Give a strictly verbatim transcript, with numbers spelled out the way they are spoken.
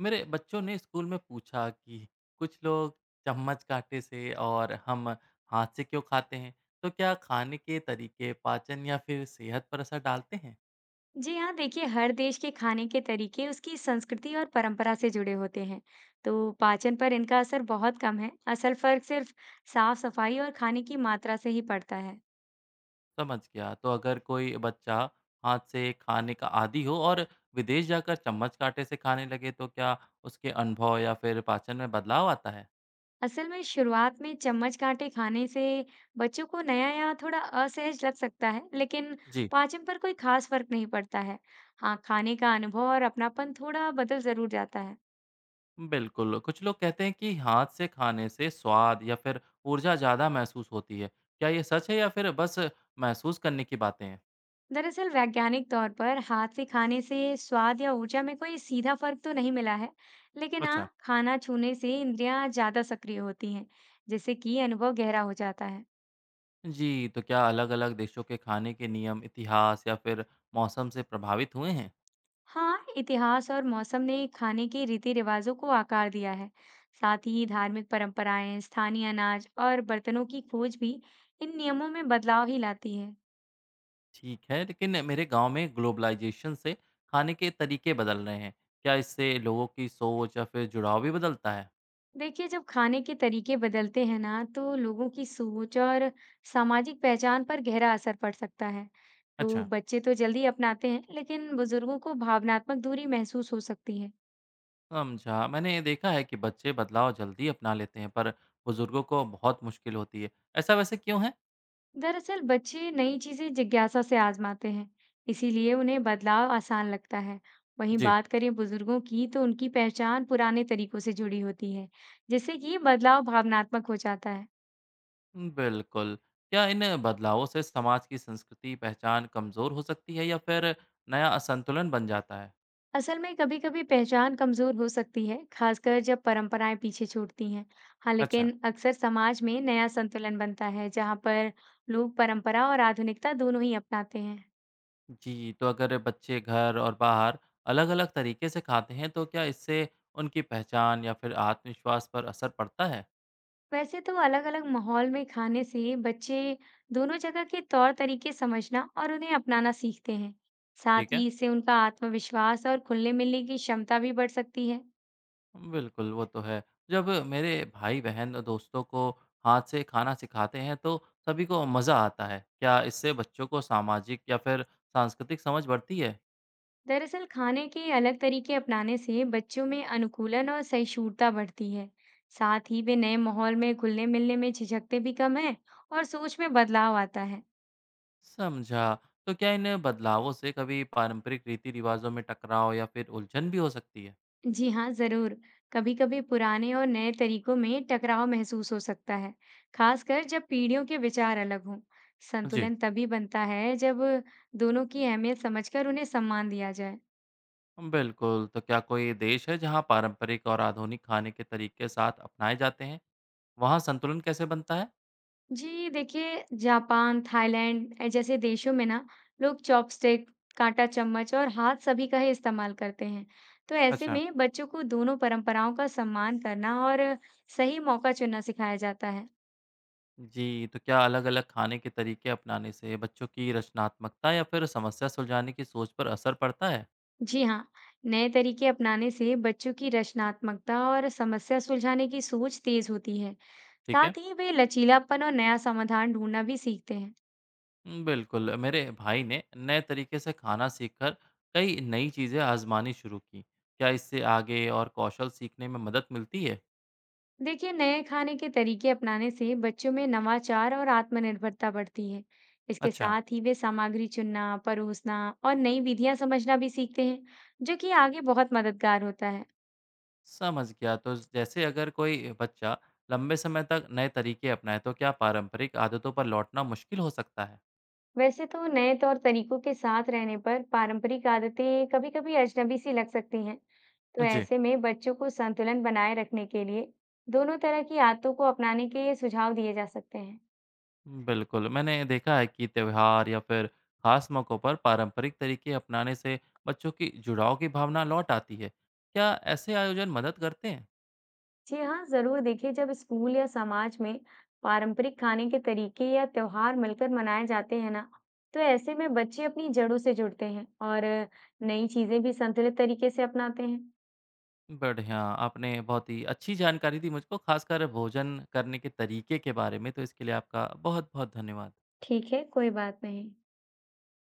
मेरे बच्चों ने स्कूल में पूछा कि कुछ लोग चम्मच कांटे से और हम हाथ से क्यों खाते हैं। तो क्या खाने के तरीके पाचन या फिर सेहत पर असर डालते हैं? जी हाँ, देखिए, हर देश के खाने के तरीके उसकी संस्कृति और परंपरा से जुड़े होते हैं। तो पाचन पर इनका असर बहुत कम है। असल फर्क सिर्फ साफ सफाई और खाने की मात्रा से ही पड़ता है। समझ गया। तो अगर कोई बच्चा हाथ से खाने का आदी हो और विदेश जाकर चम्मच कांटे से खाने लगे तो क्या उसके अनुभव या फिर पाचन में बदलाव आता है? असल में शुरुआत में चम्मच कांटे खाने से बच्चों को नया या थोड़ा असहज लग सकता है, लेकिन जी पाचन पर कोई खास फर्क नहीं पड़ता है। हाँ, खाने का अनुभव और अपनापन थोड़ा बदल जरूर जाता है। बिल्कुल। कुछ लोग कहते हैं कि हाथ से खाने से स्वाद या फिर ऊर्जा ज़्यादा महसूस होती है। क्या ये सच है या फिर बस महसूस करने की बातें हैं? दरअसल वैज्ञानिक तौर पर हाथ से खाने से स्वाद या ऊर्जा में कोई सीधा फर्क तो नहीं मिला है, लेकिन अच्छा। हाँ, खाना छूने से इंद्रियां ज्यादा सक्रिय होती हैं, जिससे कि अनुभव गहरा हो जाता है। जी, तो क्या अलग-अलग देशों के खाने के नियम, इतिहास या फिर मौसम से प्रभावित हुए हैं? हाँ, इतिहास और मौसम ने खाने के रीति रिवाजों को आकार दिया है। साथ ही धार्मिक परंपराएं, स्थानीय अनाज और बर्तनों की खोज भी इन नियमों में बदलाव ही लाती है। ठीक है, लेकिन मेरे गाँव में ग्लोबलाइज़ेशन से खाने के तरीके बदल रहे हैं। क्या इससे लोगों की सोच या फिर जुड़ाव भी बदलता है? देखिए, जब खाने के तरीके बदलते हैं ना, तो लोगों की सोच और सामाजिक पहचान पर गहरा असर पड़ सकता है। तो अच्छा, बच्चे तो जल्दी अपनाते हैं, लेकिन बुजुर्गों को भावनात्मक दूरी महसूस हो सकती है। समझा। मैंने ये देखा है कि बच्चे बदलाव जल्दी अपना लेते हैं, पर बुज़ुर्गों को बहुत मुश्किल होती है। ऐसा वैसे क्यों है? दरअसल बच्चे नई चीजें जिज्ञासा से आजमाते हैं, इसीलिए उन्हें बदलाव आसान लगता है। वहीं जी। बात करें बुजुर्गों की, तो उनकी पहचान पुराने तरीकों से जुड़ी होती है, जिससे कि बदलाव भावनात्मक हो जाता है। बिल्कुल। क्या इन बदलावों से समाज की संस्कृति, पहचान कमज़ोर हो सकती है या फिर नया असंतुलन बन जाता है? असल में कभी-कभी पहचान कमजोर हो सकती है, खासकर जब परंपराएं पीछे छूटती हैं। हाँ, अच्छा। लेकिन अक्सर समाज में नया संतुलन बनता है, जहाँ पर लोग परंपरा और आधुनिकता दोनों ही अपनाते हैं। जी, तो अगर बच्चे घर और बाहर अलग-अलग तरीके से खाते हैं, तो क्या इससे उनकी पहचान या फिर आत्मविश्वास पर असर पड़ता है? वैसे तो अलग-अलग माहौल में खाने से बच्चे दोनों जगह के तौर तरीके समझना और उन्हें अपनाना सीखते हैं। ठीक साथ है। ही इससे उनका आत्मविश्वास और खुलने मिलने की क्षमता भी बढ़ सकती है। बिल्कुल, वो तो है। जब मेरे भाई-बहन दोस्तों को हाथ से खाना सिखाते हैं, तो सभी को मज़ा आता है। क्या इससे बच्चों को सामाजिक या फिर सांस्कृतिक समझ बढ़ती है? दरअसल खाने के अलग तरीके अपनाने से बच्चों में अनुकूलन और सहिष्णुता बढ़ती है। साथ ही वे नए माहौल में घुलने मिलने में झिझकते भी कम है, और सोच में बदलाव आता है। समझा। तो क्या इन बदलावों से कभी पारंपरिक रीति-रिवाजों में टकराव या फिर उलझन भी हो सकती है? जी हाँ, जरूर। कभी कभी पुराने और नए तरीकों में टकराव महसूस हो सकता है, खासकर जब पीढ़ियों के विचार अलग हों। जी। संतुलन तभी बनता है जब दोनों की अहमियत समझकर उन्हें सम्मान दिया जाए। बिल्कुल, तो क्या कोई देश है जहाँ पारंपरिक और आधुनिक खाने के तरीके साथ अपनाए जाते हैं? वहाँ संतुलन कैसे बनता है? जी, देखिए, जापान, थाईलैंड अ, जैसे देशों में ना लोग चॉपस्टिक, काँटा चम्मच और हाथ सभी का ही इस्तेमाल करते हैं। तो ऐसे अच्छा। में बच्चों को दोनों परंपराओं का सम्मान करना और सही मौका चुनना सिखाया जाता है। जी, तो क्या अलग-अलग खाने के तरीके अपनाने से बच्चों की रचनात्मकता या फिर समस्या सुलझाने की सोच पर असर पड़ता है? जी हाँ, नए तरीके अपनाने से बच्चों की रचनात्मकता और समस्या सुलझाने की सोच तेज होती है। ठीक है, साथ ही वे लचीलापन और नया समाधान ढूंढना भी सीखते हैं। उम, बिल्कुल। मेरे भाई ने नए तरीके से खाना सीखकर कई नई चीज़ें आजमानी शुरू की। क्या इससे आगे और कौशल सीखने में मदद मिलती है? देखिए, नए खाने के तरीके अपनाने से बच्चों में नवाचार और आत्मनिर्भरता बढ़ती है। इसके अच्छा। साथ ही वे सामग्री चुनना, परोसना और नई विधियां समझना भी सीखते हैं, जो कि आगे बहुत मददगार होता है। समझ गया। तो जैसे अगर कोई बच्चा लंबे समय तक नए तरीके अपनाए तो क्या पारंपरिक आदतों पर लौटना मुश्किल हो सकता है? वैसे तो नए तौर तरीकों के साथ रहने पर पारंपरिक आदतें कभी-कभी अजनबी सी लग सकती हैं। तो जी, ऐसे में बच्चों को संतुलन बनाए रखने के लिए दोनों तरह की आदतों को अपनाने के सुझाव दिए जा सकते हैं। बिल्कुल। मैंने देखा है कि त्योहार या फिर खास मौक़ों पर पारंपरिक तरीके अपनाने से बच्चों की जुड़ाव की भावना लौट आती है। क्या ऐसे आयोजन मदद करते हैं? जी हाँ, ज़रूर। देखिए, जब स्कूल या समाज में पारंपरिक खाने के तरीके या त्योहार मिलकर मनाए जाते हैं ना, तो ऐसे में बच्चे अपनी जड़ों से जुड़ते हैं और नई चीज़ें भी संतुलित तरीके से अपनाते हैं। बढ़िया, आपने बहुत ही अच्छी जानकारी दी मुझको, खासकर भोजन करने के तरीके के बारे में। तो इसके लिए आपका बहुत-बहुत धन्यवाद। ठीक है, कोई बात नहीं।